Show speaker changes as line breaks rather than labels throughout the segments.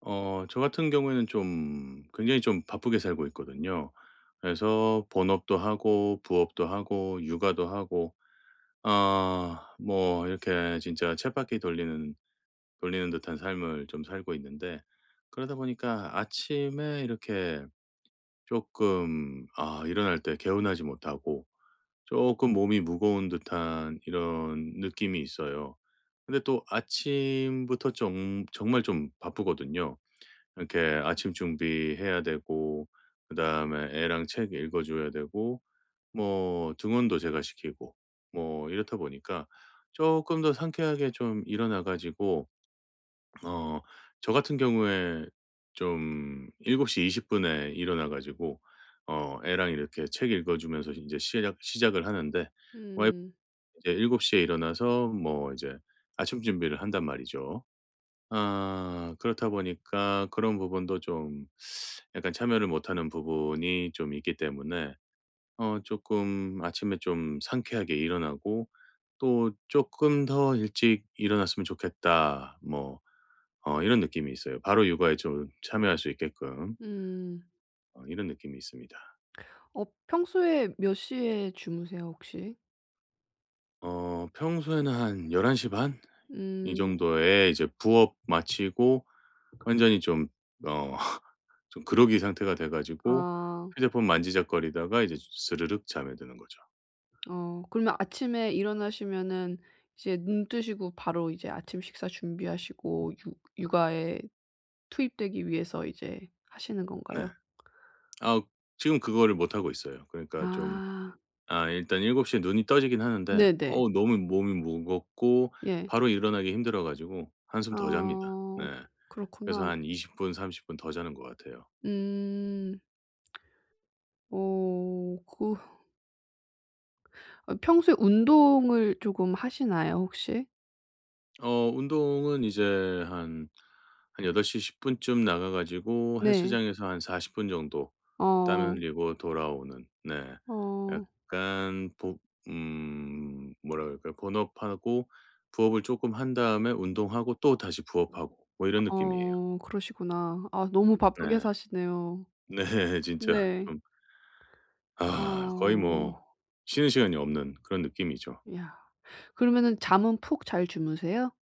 저 같은 경우에는 좀 굉장히 좀 바쁘게 살고 있거든요. 그래서 본업도 하고 부업도 하고 육아도 하고 뭐 이렇게 진짜 쳇바퀴 돌리는 듯한 삶을 좀 살고 있는데 그러다 보니까 아침에 이렇게 조금 일어날 때 개운하지 못하고 조금 몸이 무거운 듯한 이런 느낌이 있어요. 근데 또 아침부터 좀 정말 좀 바쁘거든요. 이렇게 아침 준비해야 되고 그다음에 애랑 책 읽어 줘야 되고 뭐 등원도 제가 시키고 뭐 이렇다 보니까 조금 더 상쾌하게 좀 일어나 가지고 어 저 같은 경우에 좀 7:20 분에 일어나 가지고 애랑 이렇게 책 읽어 주면서 이제 시작을 하는데 와이프
음.
이제 7시에 일어나서 뭐 이제 아침 준비를 한단 말이죠. 아 그렇다 보니까 그런 부분도 좀 약간 참여를 못하는 부분이 좀 있기 때문에 조금 아침에 좀 상쾌하게 일어나고 또 조금 더 일찍 일어났으면 좋겠다.' 뭐 이런 느낌이 있어요. 바로 육아에 좀 참여할 수 있게끔
음.
이런 느낌이 있습니다.
어, 평소에 몇 시에 주무세요, 혹시?
평소에는 한 1 1시반 이
음.
정도에 이제 부업 마치고 완전히 좀어 좀 그러기 상태가 돼 가지고
아.
휴대폰 만지작거리다가 이제 스르륵 잠에 드는 거죠.
어, 그러면 아침에 일어나시면은 이제 눈 뜨시고 바로 이제 아침 식사 준비하시고 육 육아에 투입되기 위해서 이제 하시는
네.
건가요?
아 지금 그거를 못 하고 있어요. 그러니까 좀
아.
일단 7 시에 눈이 떠지긴 하는데
네네.
어우 너무 몸이 무겁고
예.
바로 일어나기 힘들어 가지고 한숨 더 잡니다. 네.
아.
그래서
그렇구나.
한 20분 30분 더 자는 것 같아요.
음. 어 그 아 평소에 운동을 조금 하시나요, 혹시?
운동은 이제 한 한8덟시10 쯤 나가 가지고
네.
헬스장에서 한 40분 정도 땀
어.
흘리고 돌아오는 네.
어.
약간 보 뭐라 그럴까요? 본업하고 부업을 조금 한 다음에 운동하고 또 다시 부업하고 뭐 이런 느낌이에요.
어, 그러시구나. 아, 너무 바쁘게
네.
사시네요.
네. 진짜
네.
좀 아 거의 뭐
어.
쉬는 시간이 없는 그런 느낌이죠.
야. 그러면은 잠은 푹 잘 주무세요?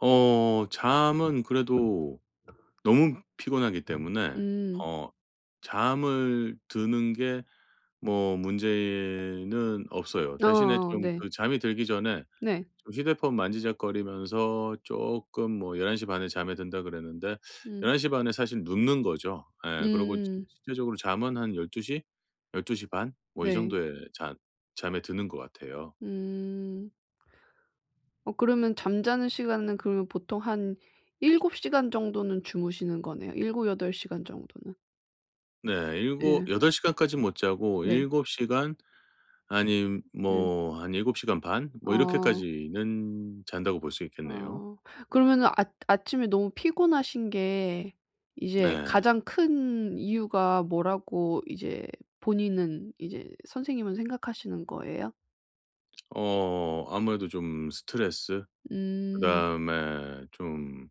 잠은 그래도 너무 피곤하기 때문에
음.
어 잠을 드는 게 뭐 문제는 없어요. 대신에
어어
좀
네.
그 잠이 들기 전에
네.
좀 휴대폰 만지작거리면서 쪼끔 뭐 1 1시반에 잠에 든다 그랬는데
음.
1 1시반에 사실 눕는 거죠. 예. 그러고 지
음.
실제적으로 잠은 한 1 2시열1 2반뭐 이
네.
정도에 잔 잠에 드는 것 같아요.
음. 어, 그러면 잠자는 시간은 그러면 보통 한 7 시간 정도는 주무시는 거네요. 7-8 시간 정도는.
네. 일곱
예.
8 시간까진 못 자고
네.
7 시간 아님
네.
뭐 한 7 시간 반 뭐
어.
이렇게까지는 잔다고 볼 수 있겠네요.
아. 그러면은 아 아침에 너무 피곤하신 게 이제
네.
가장 큰 이유가 뭐라고 이제 본인은 이제 선생님은 생각하시는 거예요?
아무래도 좀 스트레스
음.
그다음에 좀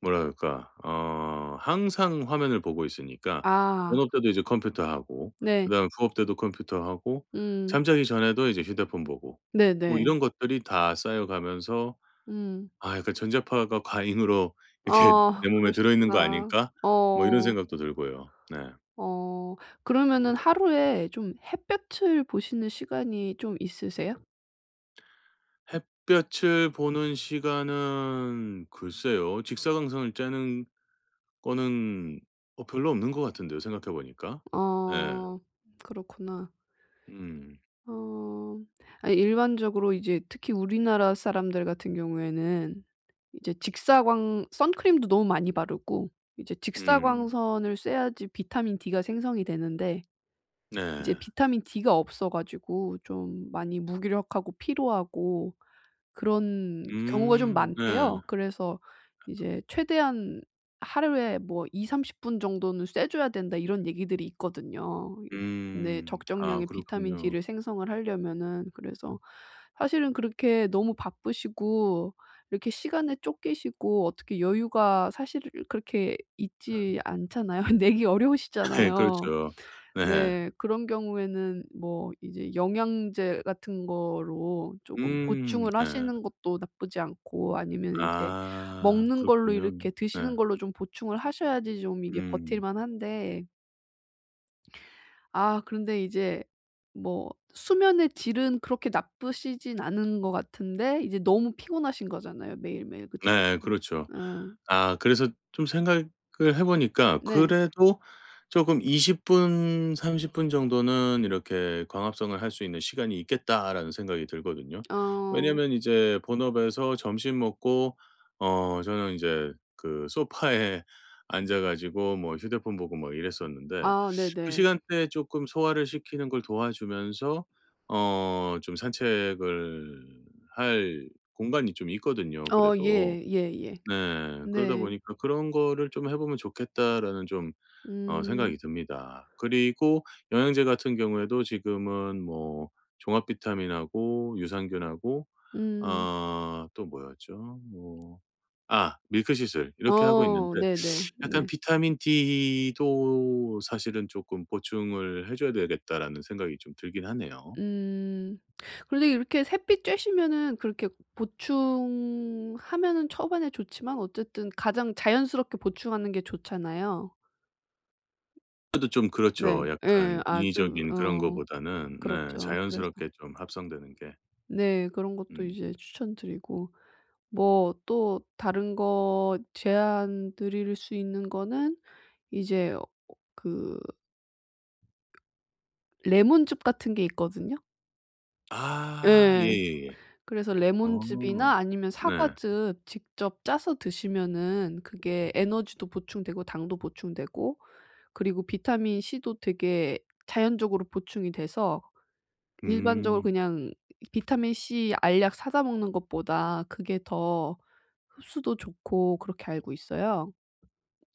뭐라 그럴까 항상 화면을 보고 있으니까
아.
본업 때도 이제 컴퓨터 하고
네.
그다음에 부업 때도 컴퓨터 하고
음.
잠자기 전에도 이제 휴대폰 보고 뭐
네네.
이런 것들이 다 쌓여가면서
음.
'아 약간 전자파가 과잉으로 이렇게
아,
내 몸에 들어있는 거
그러시구나.
아닐까?' 뭐 이런
어.
생각도 들고요. 네.
어. 그러면은 하루에 좀 햇볕을 보시는 시간이 좀 있으세요?
햇볕을 보는 시간은 글쎄요. 직사광선을 쬐는 거는 별로 없는 것 같은데요, 생각해 보니까. 예.
어. 그렇구나.
음.
어. 아니, 일반적으로 이제 특히 우리나라 사람들 같은 경우에는 이제 직사광 선크림도 너무 많이 바르고 이제
음.
직사광선을 쐬야지 비타민 D가 생성이 되는데 이제
네.
비타민 D가 없어 가지고 좀 많이 무기력하고 피로하고 그런 경우가 좀
음. 네.
많대요. 그래서 이제 최대한 하루에 뭐2삼3 0분 정도는 쐬 줘야 된다, 이런 얘기들이 있거든요. 이 네.
음. 아
적정량의 비타민
그렇군요.
D를 생성을 하려면은. 그래서 사실은 그렇게 너무 바쁘시고 이렇게 시간에 쫓기시고 어떻게 여유가 사실 그렇게 있지 않잖아요. 내기
예
어려우시잖아요.
그렇죠. 네.
네. 그런 경우에는 뭐 이제 영양제 같은 거로 쪼금
음.
보충을
네.
하시는 것도 나쁘지 않고, 아니면 이제
아
먹는 걸로
그렇군요.
이렇게
네.
드시는 걸로 좀 보충을 하셔야지 좀 이게
음.
버틸만 한데. 아 그런데 이제 뭐 수면의 질은 그렇게 나쁘시진 않은 것 같은데 이제 너무 피곤하신 거잖아요, 매일매일. 그쵸?
네 그렇죠.
어. 아
아 그래서 좀 생각을 해 보니까
네.
그래도 조금 20분 30분 정도는 이렇게 광합성을 할 수 있는 시간이 있겠다라는 생각이 들거든요.
어.
왜냐면 이제 본업에서 점심 먹고 저는 인제 그 소파에 앉아 가지고 뭐 휴대폰 보고 뭐 이랬었는데
아
그
네네.
시간대에 쪼끔 소화를 시키는 걸 도와주면서 좀 산책을 할 공간이 좀 있거든요
어
그래도.
예. 예예.
네. 그러다
네.
보니까 '그런 거를 좀 해 보면 좋겠다.'라는 좀
음.
생각이 듭니다. 그리고 영양제 같은 경우에도 지금은 뭐 종합 비타민하고 유산균하고
음.
아 또 뭐였죠? 뭐 아 밀크시슬 이렇게 하고
어
있는데
네네.
약간
네.
'비타민 D도 사실은 쪼끔 보충을 해 줘야 되겠다.'라는 생각이 좀 들긴 하네요.
음. 그런데 이렇게 샛빛 쬐시면은 그렇게 보충하면은 초반에 좋지만 어쨌든 가장 자연스럽게 보충하는 게 좋잖아요.
그래도 좀
네.
그렇죠.
예.
약간
아주
인위적인 그런
어
거보다는 네
그렇죠. 그래서
자연스럽게 좀 합성되는 게.
네 그런 것도
음.
이제 추천드리고 뭐 또 다른 거 제안 드릴 수 있는 거는 이제 어, 그 레몬즙 같은 게 있거든요.
아
예.
예예예.
그래서
어.
레몬즙이나 아니면
네.
사과즙 직접 짜서 드시면은 그게 에너지도 보충되고 당도 보충되고 그리고 비타민 C도 되게 자연적으로 보충이 돼서 일반적으로
음.
그냥 비타민 C 알약 사다 먹는 것보다 그게 더 흡수도 좋고, 그렇게 알고 있어요.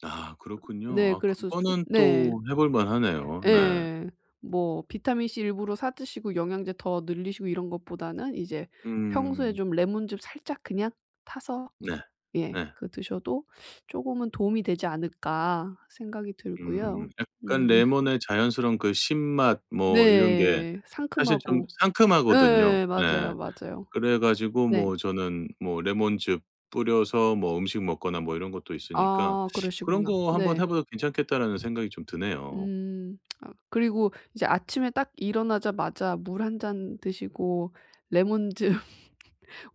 아 그렇군요.
네
아
그래서 수
그거는
네.
또 해볼 만하네요. 네.
예. 뭐 비타민 C 일부러 사 드시고 영양제 더 늘리시고 이런 것보다는 이제 평소에
음.
좀 레몬즙 살짝 그냥 타서
네.
예.
네.
그 드셔도 조금은 도움이 되지 않을까 생각이 들고요.
음. 약간
음
레몬의 자연스러운 그 신맛 뭐 이런 게
네.
사실 좀
상큼하고
상큼하거든요.
네
네.
맞아요, 맞아요.
그래 가지고
네.
뭐 저는 뭐 레몬즙 뿌려서 뭐 음식 먹거나 뭐 이런 것도 있으니까
아,
'그런
그러시구나.
거 한번
네.
해 봐도 괜찮겠다.'라는 생각이 좀 드네요.
음. 아 그리고 이제 아침에 딱 일어나자마자 물 한 잔 드시고 레몬즙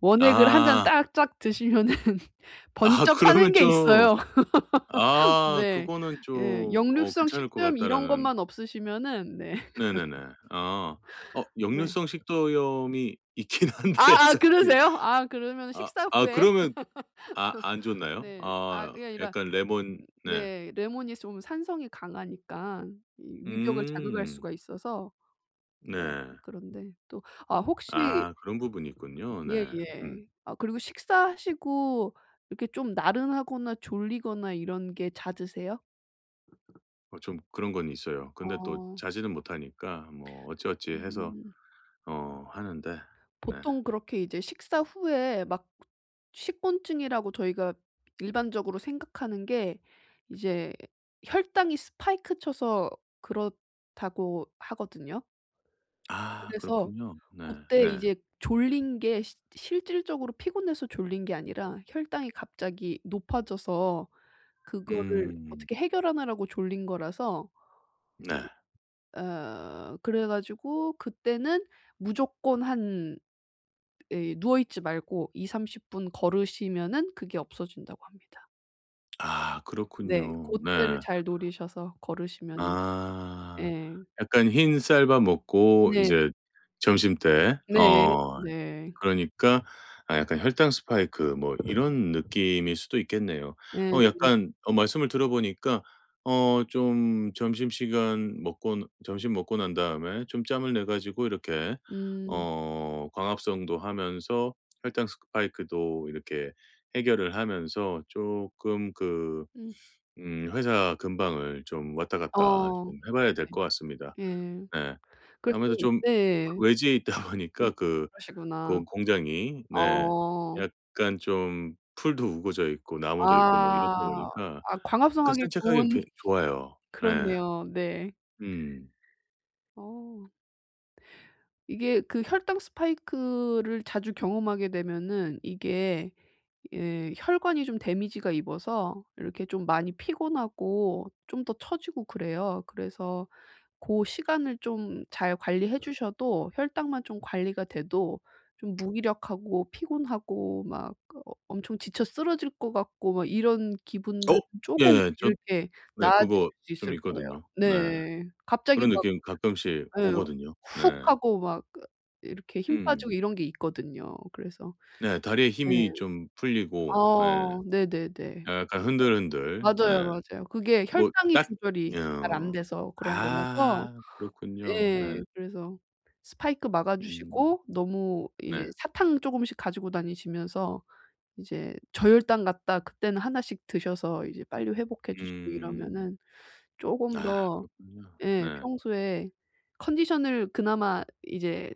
원액을 한 잔
아.
딱 쫙 드시면은
아
번쩍하는
그러면
게
좀
있어요.
아
네.
그거는
예.
좀
역류성
괜찮을 것
식도염 이런
같다라는
것만 없으시면은. 네.
네네네. 아.
네.
역류성 식도염이 있긴 한데
아 아,
사실
그러세요? 아 그러면
아
식사
아
후에
그러면 아 안 좋나요?
네. 아
아
그게 아니라
약간 레몬 네.
네 레몬이 좀 산성이 강하니깐 이 위벽을 자극할
음.
수가 있어서. 네
네.
그런데 또 아 혹시
아 그런 부분이 있군요. 네. 음.
예예. 아 그리고 식사하시고 이렇게 좀 나른하거나 졸리거나 이런 게 잦으세요?
좀 그런 건 있어요. 근데 또
어.
자지는 못하니까 뭐 어찌어찌 해서
음.
하는데 네.
보통 그렇게 이제 식사 후에 막 식곤증이라고 저희가 일반적으로 생각하는 게 이제 혈당이 스파이크 쳐서 그렇다고 하거든요.
아
그래서
그렇군요.
그
네.
때
네.
이제 졸린 게 시 실질적으로 피곤해서 졸린 게 아니라 혈당이 갑자기 높아져서 그거를
음.
어떻게 해결하느라고 졸린 거라서
네.
어 그래 가지고 그때는 무조건 한 예 누워 있지 말고 2 3 0분 걸으시면은 그게 없어진다고 합니다.
아
네.
그렇군요.
고때를
네.
잘 노리셔서 걸으시면은.
아.
예.
약간 흰 쌀밥 먹고
네.
이제 점심때
네. 네.
그러니까 아 약간 혈당 스파이크 뭐 이런 느낌일 수도 있겠네요.
예.
약간 말씀을 들어보니까 좀 점심 먹고 난 다음에 좀 짬을 내 가지고 이렇게
음.
광합성도 하면서 혈당 스파이크도 이렇게 해결을 하면서 쪼끔 그
음.
회사 근방을 좀 왔다 갔다
어
좀 해 봐야 될
네.
것 같습니다.
예.
네.
그래서
아무래도
그
좀
네.
외지에 있다
이
보니까 그
그러시구나.
그 공장이 네
어.
약간 좀 풀도 우거져 있고 나무도 있고 뭐 이렇다
아.
보니까
아
약간
광합성하기
산책하기엔
좋은
꽤 좋아요. 네,
그렇네요. 네.
음.
어. 이게 그 혈당 스파이크를 자주 경험하게 되면은 이게 예 혈관이 좀 데미지가 입어서 이렇게 좀 많이 피곤하고 좀 더 처지고 그래요. 그래서 그 시간을 좀 잘 관리해 주셔도 혈당만 좀 관리가 돼도 좀 무기력하고 피곤하고 막 어 엄청 지쳐 쓰러질 것 같고 막 이런
어
기분들은 쪼금
예. 저
이렇게
네
나아지실
그거
수
좀
있을 거예요.
있거든요. 네.
네. 갑자기
그런
막
느낌 가끔씩
예
오거든요. 네.
훅 하고 막 그 이렇게 힘 빠지고
음.
이런 게 있거든요. 그래서
네 다리에
네.
힘이 좀 풀리고 예
어 네네네.
약간 흔들흔들
맞아요,
네.
맞아요. 그게
뭐
혈당이
딱
조절이 잘 안
어.
돼서 그런 거라서
아 그렇군요. 네.
예. 그래서 스파이크 막아
음.
주시고 너무 이
네.
사탕 쪼금씩 가지고 다니시면서 이제 저혈당 같다 그때는 하나씩 드셔서 이제 빨리 회복해 주시고
음.
이러면은 쪼금
아
더
그렇군요.
예
네.
평소에 컨디션을 그나마 이제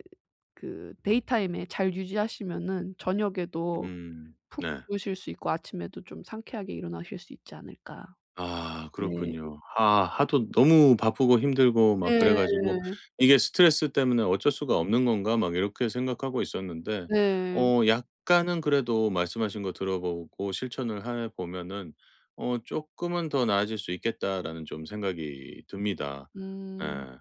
그 데이타임에 잘 유지하시면은 저녁에도
음.
푹
네.
주무실 수 있고 아침에도 좀 상쾌하게 일어나실 수 있지 않을까.
아
네.
그렇군요. 아 하도 너무 바쁘고 힘들고 막 그래
네.
가지고 '이게 스트레스 때문에 어쩔 수가 없는 건가?' 막 이렇게 생각하고 있었는데
네.
약간은 그래도 말씀하신 거 들어 보고 실천을 해 보면은 '쪼끔은 더 나아질 수 있겠다.'라는 좀 생각이 듭니다.
음.
예.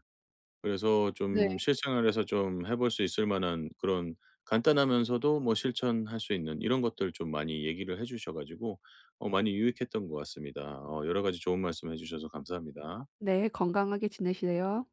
그래서
네.
좀 실생활에서 좀 해볼 수 있을 만한 그런 간단하면서도 뭐 실천할 수 있는 이런 것들 좀 많이 얘기를 해 주셔 가지고 많이 유익했던 것 같습니다. 여러 가지 좋은 말씀 해 주셔서 감사합니다.
네. 건강하게 지내시래요.